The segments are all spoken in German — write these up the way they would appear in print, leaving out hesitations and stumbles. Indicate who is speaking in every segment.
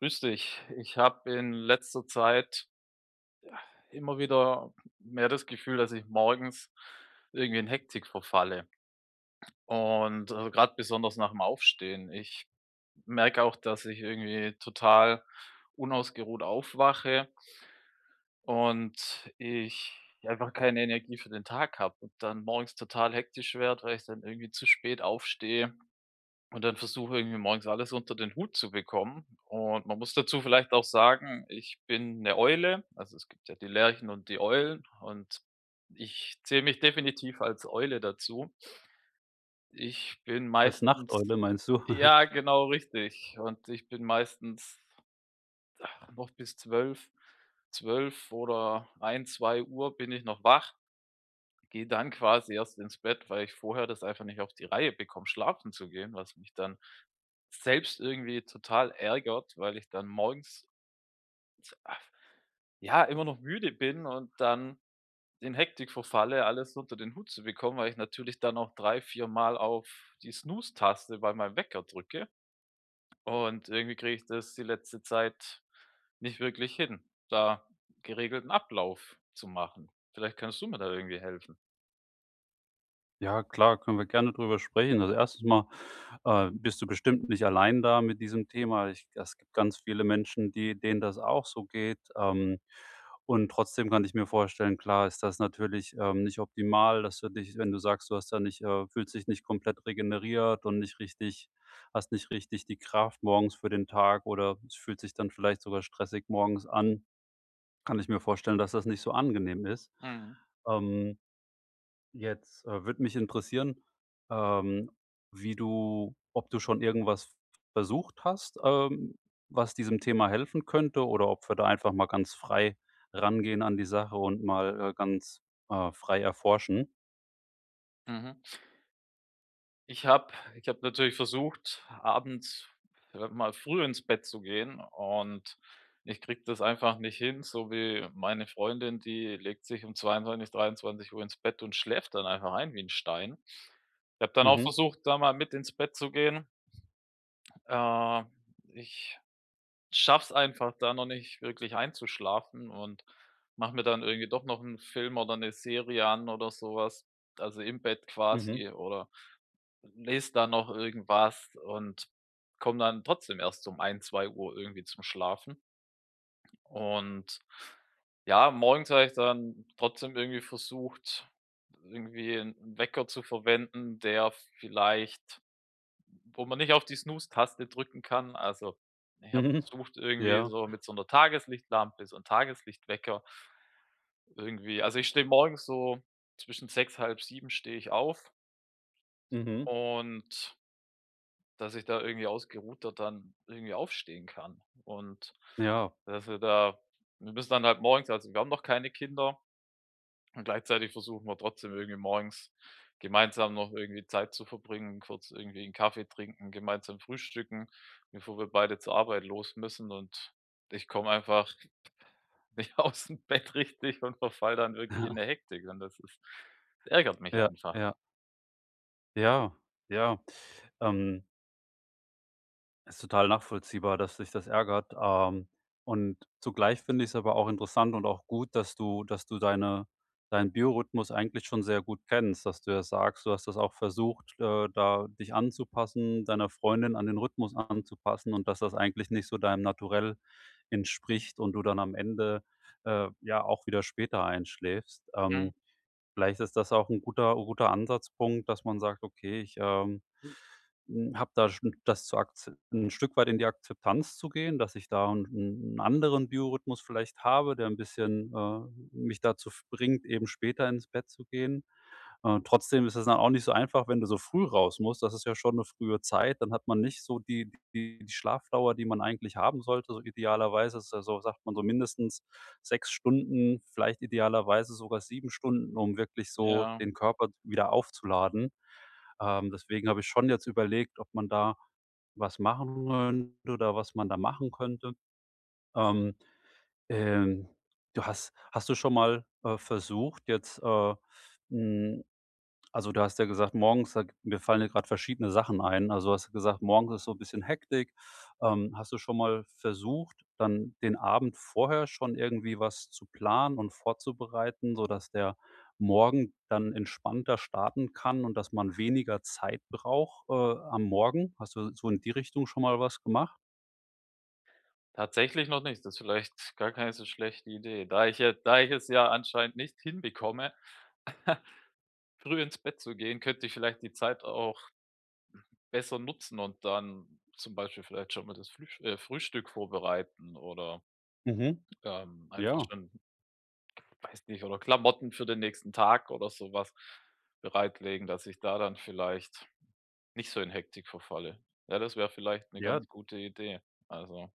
Speaker 1: Grüß dich. Ich habe in letzter Zeit immer wieder mehr das Gefühl, dass ich morgens irgendwie in Hektik verfalle und grad besonders nach dem Aufstehen. Ich merke auch, dass ich irgendwie total unausgeruht aufwache und ich einfach keine Energie für den Tag habe und dann morgens total hektisch werde, weil ich dann irgendwie zu spät aufstehe. Und dann versuche irgendwie morgens alles unter den Hut zu bekommen. Und man muss dazu vielleicht auch sagen, ich bin eine Eule. Also, es gibt ja die Lerchen und die Eulen und ich zähle mich definitiv als Eule dazu. Ich bin
Speaker 2: Als
Speaker 1: meistens
Speaker 2: Nachteule meinst du?
Speaker 1: Ja, genau richtig. Und ich bin meistens noch bis zwölf oder ein zwei Uhr bin ich noch wach, gehe dann quasi erst ins Bett, weil ich vorher das einfach nicht auf die Reihe bekomme, schlafen zu gehen, was mich dann selbst irgendwie total ärgert, weil ich dann morgens, ach, ja, immer noch müde bin und dann in Hektik verfalle, alles unter den Hut zu bekommen, weil ich natürlich dann auch 3 4 Mal auf die Snooze-Taste bei meinem Wecker drücke und irgendwie kriege ich das die letzte Zeit nicht wirklich hin, da geregelten Ablauf zu machen. Vielleicht kannst du mir da irgendwie helfen.
Speaker 2: Ja, klar, können wir gerne drüber sprechen. Also, erstens mal, bist du bestimmt nicht allein da mit diesem Thema. Ich Es gibt ganz viele Menschen, die denen das auch so geht. Und trotzdem kann ich mir vorstellen, klar ist das natürlich, nicht optimal, dass du dich wenn du sagst, du hast da nicht fühlst dich nicht komplett regeneriert und nicht richtig hast nicht richtig die Kraft morgens für den Tag oder es fühlt sich dann vielleicht sogar stressig morgens an, kann ich mir vorstellen, dass das nicht so angenehm ist.
Speaker 1: Mhm.
Speaker 2: Ähm Jetzt, würde mich interessieren, ähm, wie du ob du schon irgendwas versucht hast, was diesem Thema helfen könnte oder ob wir da einfach mal ganz frei rangehen an die Sache und mal, ganz, frei erforschen.
Speaker 1: Mhm. Ich habe natürlich versucht, abends mal früh ins Bett zu gehen und ich kriege das einfach nicht hin, so wie meine Freundin, die legt sich um 22 Uhr ins Bett und schläft dann einfach ein wie ein Stein. Ich habe dann auch
Speaker 2: Mhm,
Speaker 1: versucht, da mal mit ins Bett zu gehen. Äh, ich schaff's einfach da noch nicht wirklich einzuschlafen und mache mir dann irgendwie doch noch einen Film oder eine Serie an oder sowas, also im Bett
Speaker 2: mhm,
Speaker 1: quasi oder lese dann noch irgendwas und komme dann trotzdem erst um ein zwei Uhr irgendwie zum Schlafen. Und ja, morgens habe ich dann trotzdem irgendwie versucht, irgendwie 'n Wecker zu verwenden, der vielleicht wo man nicht auf die Snooze-Taste drücken kann. Also, ich habe
Speaker 2: mhm,
Speaker 1: versucht, irgendwie
Speaker 2: ja,
Speaker 1: so mit so einer Tageslichtlampe, so 'n Tageslichtwecker irgendwie also, ich stehe morgens so zwischen sechs halb sieben stehe ich auf
Speaker 2: mhm,
Speaker 1: und dass ich da irgendwie ausgeruhter dann irgendwie aufstehen kann und
Speaker 2: ja,
Speaker 1: dass wir da wir müssen dann halt morgens also, wir haben noch keine Kinder und gleichzeitig versuchen wir trotzdem irgendwie morgens gemeinsam noch irgendwie Zeit zu verbringen, kurz irgendwie einen Kaffee trinken, gemeinsam frühstücken, bevor wir beide zur Arbeit los müssen und ich komme einfach nicht aus dem Bett richtig und verfall dann wirklich in der Hektik und das ist das ärgert mich
Speaker 2: ja,
Speaker 1: einfach.
Speaker 2: ja, ja, ja. Ähm Ist total nachvollziehbar, dass dich das ärgert. Und zugleich finde ich es aber auch interessant und auch gut, dass du deinen Biorhythmus eigentlich schon sehr gut kennst, dass du ja sagst, du hast das auch versucht, da dich anzupassen, deiner Freundin an den Rhythmus anzupassen und dass das eigentlich nicht so deinem Naturell entspricht und du dann am Ende, ja, auch wieder später einschläfst.
Speaker 1: Mhm.
Speaker 2: Vielleicht ist das auch ein guter Ansatzpunkt, dass man sagt: „Okay, ich, " habe da schon das zu akze 'n Stück weit in die Akzeptanz zu gehen, dass ich da einen 'n anderen Biorhythmus vielleicht habe, der ein bisschen, mich dazu bringt, eben später ins Bett zu gehen. Trotzdem ist es dann auch nicht so einfach, wenn du so früh raus musst. Das ist ja schon eine frühe Zeit. Dann hat man nicht so die Schlafdauer, die man eigentlich haben sollte. So idealerweise ist ja so sagt man so mindestens 6 Stunden, vielleicht idealerweise sogar 7 Stunden, um wirklich so
Speaker 1: Ja.
Speaker 2: den Körper wieder aufzuladen. Deswegen habe ich schon jetzt überlegt, ob man da was machen könnte oder was man da machen könnte. Ähm, ähm, Du hast du schon mal, versucht, jetzt, hm also, du hast ja gesagt, morgens, da mir fallen ja grad verschiedene Sachen ein. Also, hast du gesagt, morgens ist so ein bisschen Hektik. Hast du schon mal versucht, dann den Abend vorher schon irgendwie was zu planen und vorzubereiten, sodass der Morgen dann entspannter starten kann und dass man weniger Zeit braucht, am Morgen? Hast du so in die Richtung schon mal was gemacht?
Speaker 1: Tatsächlich noch nicht. Das ist vielleicht gar keine so schlechte Idee. Da ich es ja anscheinend nicht hinbekomme, früh ins Bett zu gehen, könnte ich vielleicht die Zeit auch besser nutzen und dann zum Beispiel vielleicht schon mal das Flüsch Frühstück vorbereiten oder,
Speaker 2: Mhm.
Speaker 1: einfach
Speaker 2: Ja,
Speaker 1: schon, weiß nicht oder Klamotten für den nächsten Tag oder sowas bereitlegen, dass ich da dann vielleicht nicht so in Hektik verfalle. Ja, das wäre vielleicht eine
Speaker 2: ja.
Speaker 1: ganz gute Idee. Also,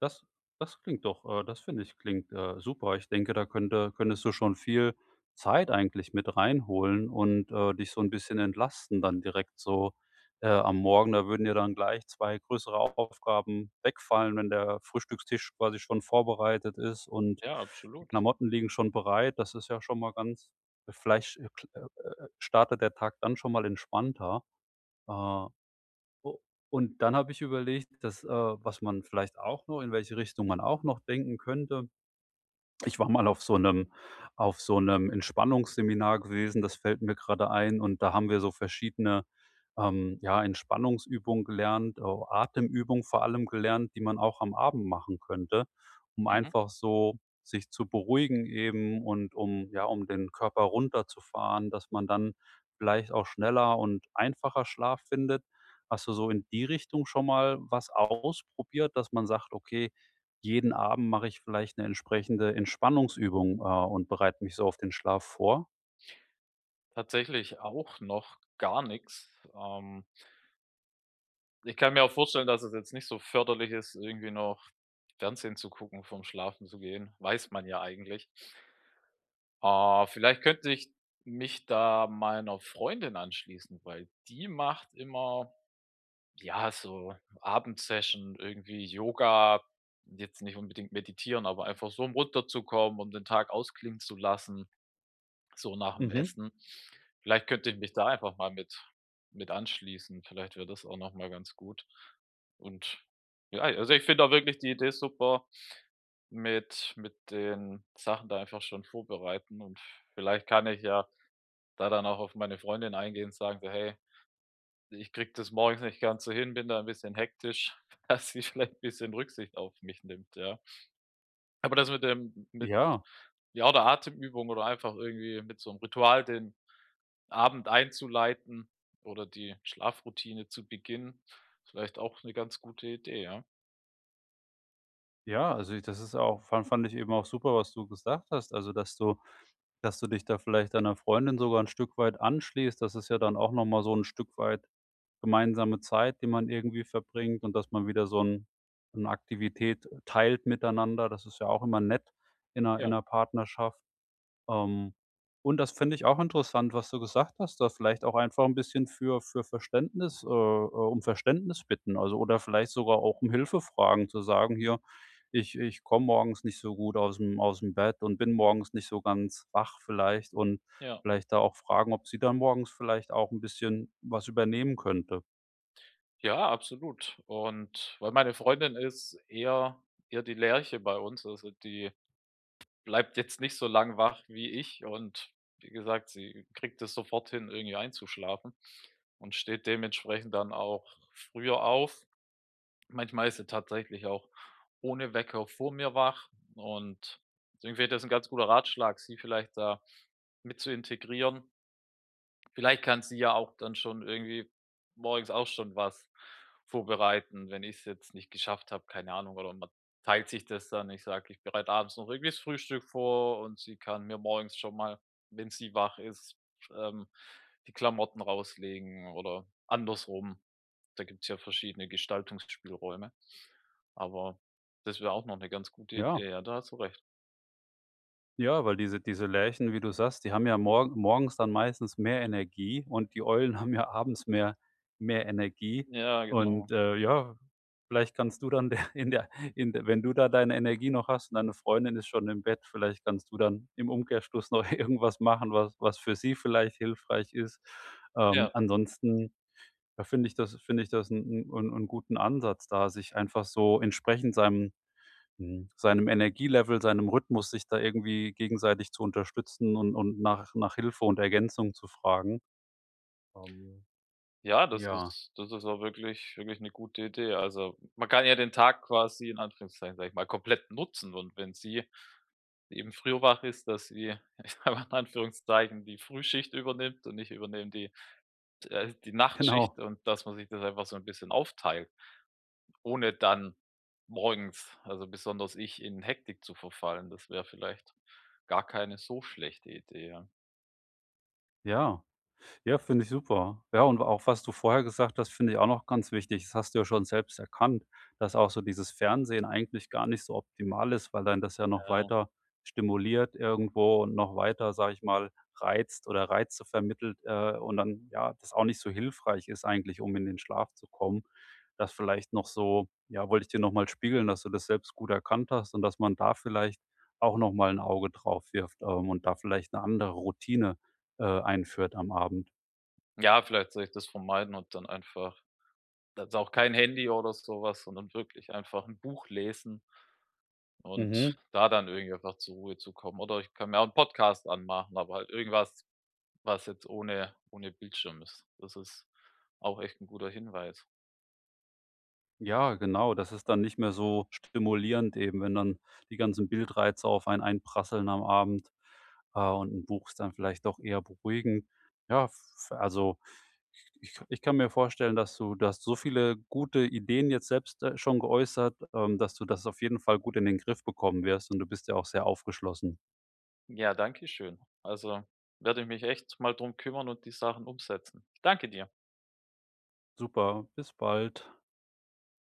Speaker 2: Das das klingt doch, das finde ich, klingt, super. Ich denke, da könntest du schon viel Zeit eigentlich mit reinholen und, dich so ein bisschen entlasten dann direkt so, am Morgen. Da würden dir dann gleich 2 größere Aufgaben wegfallen, wenn der Frühstückstisch quasi schon vorbereitet ist und
Speaker 1: ja,
Speaker 2: die
Speaker 1: absolut.
Speaker 2: Klamotten liegen schon bereit. Das ist ja schon mal ganz vielleicht, kl startet der Tag dann schon mal entspannter. Äh U und dann habe ich überlegt, dass, was man vielleicht auch noch in welche Richtung man auch noch denken könnte. Ich war mal auf so einem Entspannungsseminar gewesen, das fällt mir gerade ein, und da haben wir so verschiedene, ja, Entspannungsübungen gelernt, au Atemübungen vor allem gelernt, die man auch am Abend machen könnte, um
Speaker 1: Mhm.
Speaker 2: einfach so sich zu beruhigen eben und um ja, um den Körper runterzufahren, dass man dann vielleicht auch schneller und einfacher Schlaf findet. Hast du so in die Richtung schon mal was ausprobiert, dass man sagt: „Okay, jeden Abend mache ich vielleicht eine entsprechende Entspannungsübung, und bereite mich so auf den Schlaf vor.
Speaker 1: Tatsächlich auch noch gar nichts. Ähm, ich kann mir auch vorstellen, dass es jetzt nicht so förderlich ist, irgendwie noch Fernsehen zu gucken, vorm Schlafen zu gehen. Weiß man ja eigentlich. Vielleicht könnte ich mich da meiner Freundin anschließen, weil die macht immer, ja, so Abendsession, irgendwie Yoga, jetzt nicht unbedingt meditieren, aber einfach so, um runterzukommen, um den Tag ausklingen zu lassen. So nach dem
Speaker 2: Mhm.
Speaker 1: Essen. Vielleicht könnte ich mich da einfach mal mit anschließen. Vielleicht wäre das auch noch mal ganz gut. Und ja, also, ich finde auch wirklich die Idee super mit den Sachen da einfach schon vorbereiten und vielleicht kann ich ja da dann auch auf meine Freundin eingehen und sagen so: „Hey, ich krieg das morgens nicht ganz so hin, bin da ein bisschen hektisch“, dass sie vielleicht ein bisschen Rücksicht auf mich nimmt, ja. Aber das mit dem mit
Speaker 2: Ja,
Speaker 1: ja, oder Atemübung oder einfach irgendwie mit so einem Ritual den Abend einzuleiten oder die Schlafroutine zu beginnen. Vielleicht auch eine ganz gute Idee, ja.
Speaker 2: ja, also i das ist auch fand ich eben auch super, was du gesagt hast. Also, dass du dich da vielleicht deiner Freundin sogar ein Stück weit anschließt. Das ist ja dann auch noch mal so ein Stück weit gemeinsame Zeit, die man irgendwie verbringt und dass man wieder so 'n 'ne Aktivität teilt miteinander. Das ist ja auch immer nett in
Speaker 1: Ja,
Speaker 2: 'ner Partnerschaft. Ähm, und das finde ich auch interessant, was du gesagt hast, da vielleicht auch einfach ein bisschen für Verständnis um Verständnis bitten, also, oder vielleicht sogar auch um Hilfe fragen, zu sagen: „Hier, ich komme morgens nicht so gut aus dem Bett und bin morgens nicht so ganz wach vielleicht" und
Speaker 1: ja.
Speaker 2: vielleicht da auch fragen, ob sie dann morgens vielleicht auch ein bisschen was übernehmen könnte.
Speaker 1: Ja, absolut. Und weil meine Freundin ist eher die Lerche bei uns, also die bleibt jetzt nicht so lang wach wie ich und wie gesagt, sie kriegt es sofort hin, irgendwie einzuschlafen und steht dementsprechend dann auch früher auf. Manchmal ist sie tatsächlich auch ohne Wecker vor mir wach und deswegen wäre das ein ganz guter Ratschlag, sie vielleicht da mit zu integrieren. Vielleicht kann sie ja auch dann schon irgendwie morgens auch schon was vorbereiten, wenn ich es jetzt nicht geschafft habe, keine Ahnung. Oder man teilt sich das dann. Ich sage, ich bereite abends noch irgendwie das Frühstück vor und sie kann mir morgens schon mal, wenn sie wach ist, ähm, die Klamotten rauslegen oder andersrum. Da gibt es ja verschiedene Gestaltungsspielräume. Aber das wäre auch noch eine ganz gute
Speaker 2: Ja.
Speaker 1: Idee. Ja, da hast du recht.
Speaker 2: Ja, weil diese Lerchen, wie du sagst, die haben ja morgens dann meistens mehr Energie und die Eulen haben ja abends mehr Energie.
Speaker 1: Ja,
Speaker 2: Und,
Speaker 1: genau.
Speaker 2: ja, vielleicht kannst du dann der in der in der wenn du da deine Energie noch hast und deine Freundin ist schon im Bett, vielleicht kannst du dann im Umkehrschluss noch irgendwas machen, was für sie vielleicht hilfreich ist.
Speaker 1: Ja.
Speaker 2: Ansonsten, ja, finde ich das einen 'n 'n guten Ansatz da, sich einfach so entsprechend seinem Mhm. Seinem Energielevel, seinem Rhythmus, sich da irgendwie gegenseitig zu unterstützen und nach Hilfe und Ergänzung zu fragen. Ähm,
Speaker 1: Ja, das
Speaker 2: ja,
Speaker 1: ist das ist auch wirklich wirklich eine gute Idee. Also, man kann ja den Tag quasi in Anführungszeichen, sage ich mal, komplett nutzen und wenn sie eben früher wach ist, dass sie, ich sage mal in Anführungszeichen, die Frühschicht übernimmt und ich übernehme die
Speaker 2: genau,
Speaker 1: Nachtschicht und dass man sich das einfach so ein bisschen aufteilt, ohne dann morgens also, besonders ich, in Hektik zu verfallen. Das wäre vielleicht gar keine so schlechte Idee, ja.
Speaker 2: ja. Ja, finde ich super. Ja, und auch was du vorher gesagt hast, finde ich auch noch ganz wichtig. Das hast du ja schon selbst erkannt, dass auch so dieses Fernsehen eigentlich gar nicht so optimal ist, weil dann das ja noch
Speaker 1: Ja,
Speaker 2: weiter stimuliert irgendwo und noch weiter, sage ich mal, reizt oder Reize vermittelt, und dann, ja, das auch nicht so hilfreich ist eigentlich, um in den Schlaf zu kommen. Das vielleicht noch so ja, wollte ich dir noch mal spiegeln, dass du das selbst gut erkannt hast und dass man da vielleicht auch noch mal 'n Auge drauf wirft, und da vielleicht eine andere Routine, einführt am Abend.
Speaker 1: ja, vielleicht soll ich das vermeiden und dann einfach. Also, auch kein Handy oder sowas was, sondern wirklich einfach 'n Buch lesen
Speaker 2: Mhm.
Speaker 1: und da dann irgendwie einfach zur Ruhe zu kommen. Oder ich kann mir auch 'n Podcast anmachen, aber halt irgendwas, was jetzt ohne Bildschirm ist. Das ist auch echt 'n guter Hinweis.
Speaker 2: Ja, genau. Das ist dann nicht mehr so stimulierend eben, wenn dann die ganzen Bildreize auf einen einprasseln am Abend, und ein Buch ist dann vielleicht doch eher beruhigend. Ja, f also, ich kann mir vorstellen, dass du hast so viele gute Ideen jetzt selbst, schon geäußert, dass du das auf jeden Fall gut in den Griff bekommen wirst und du bist ja auch sehr aufgeschlossen.
Speaker 1: Ja, danke schön. Also, werde ich mich echt mal drum kümmern und die Sachen umsetzen. Danke dir.
Speaker 2: Super, bis bald.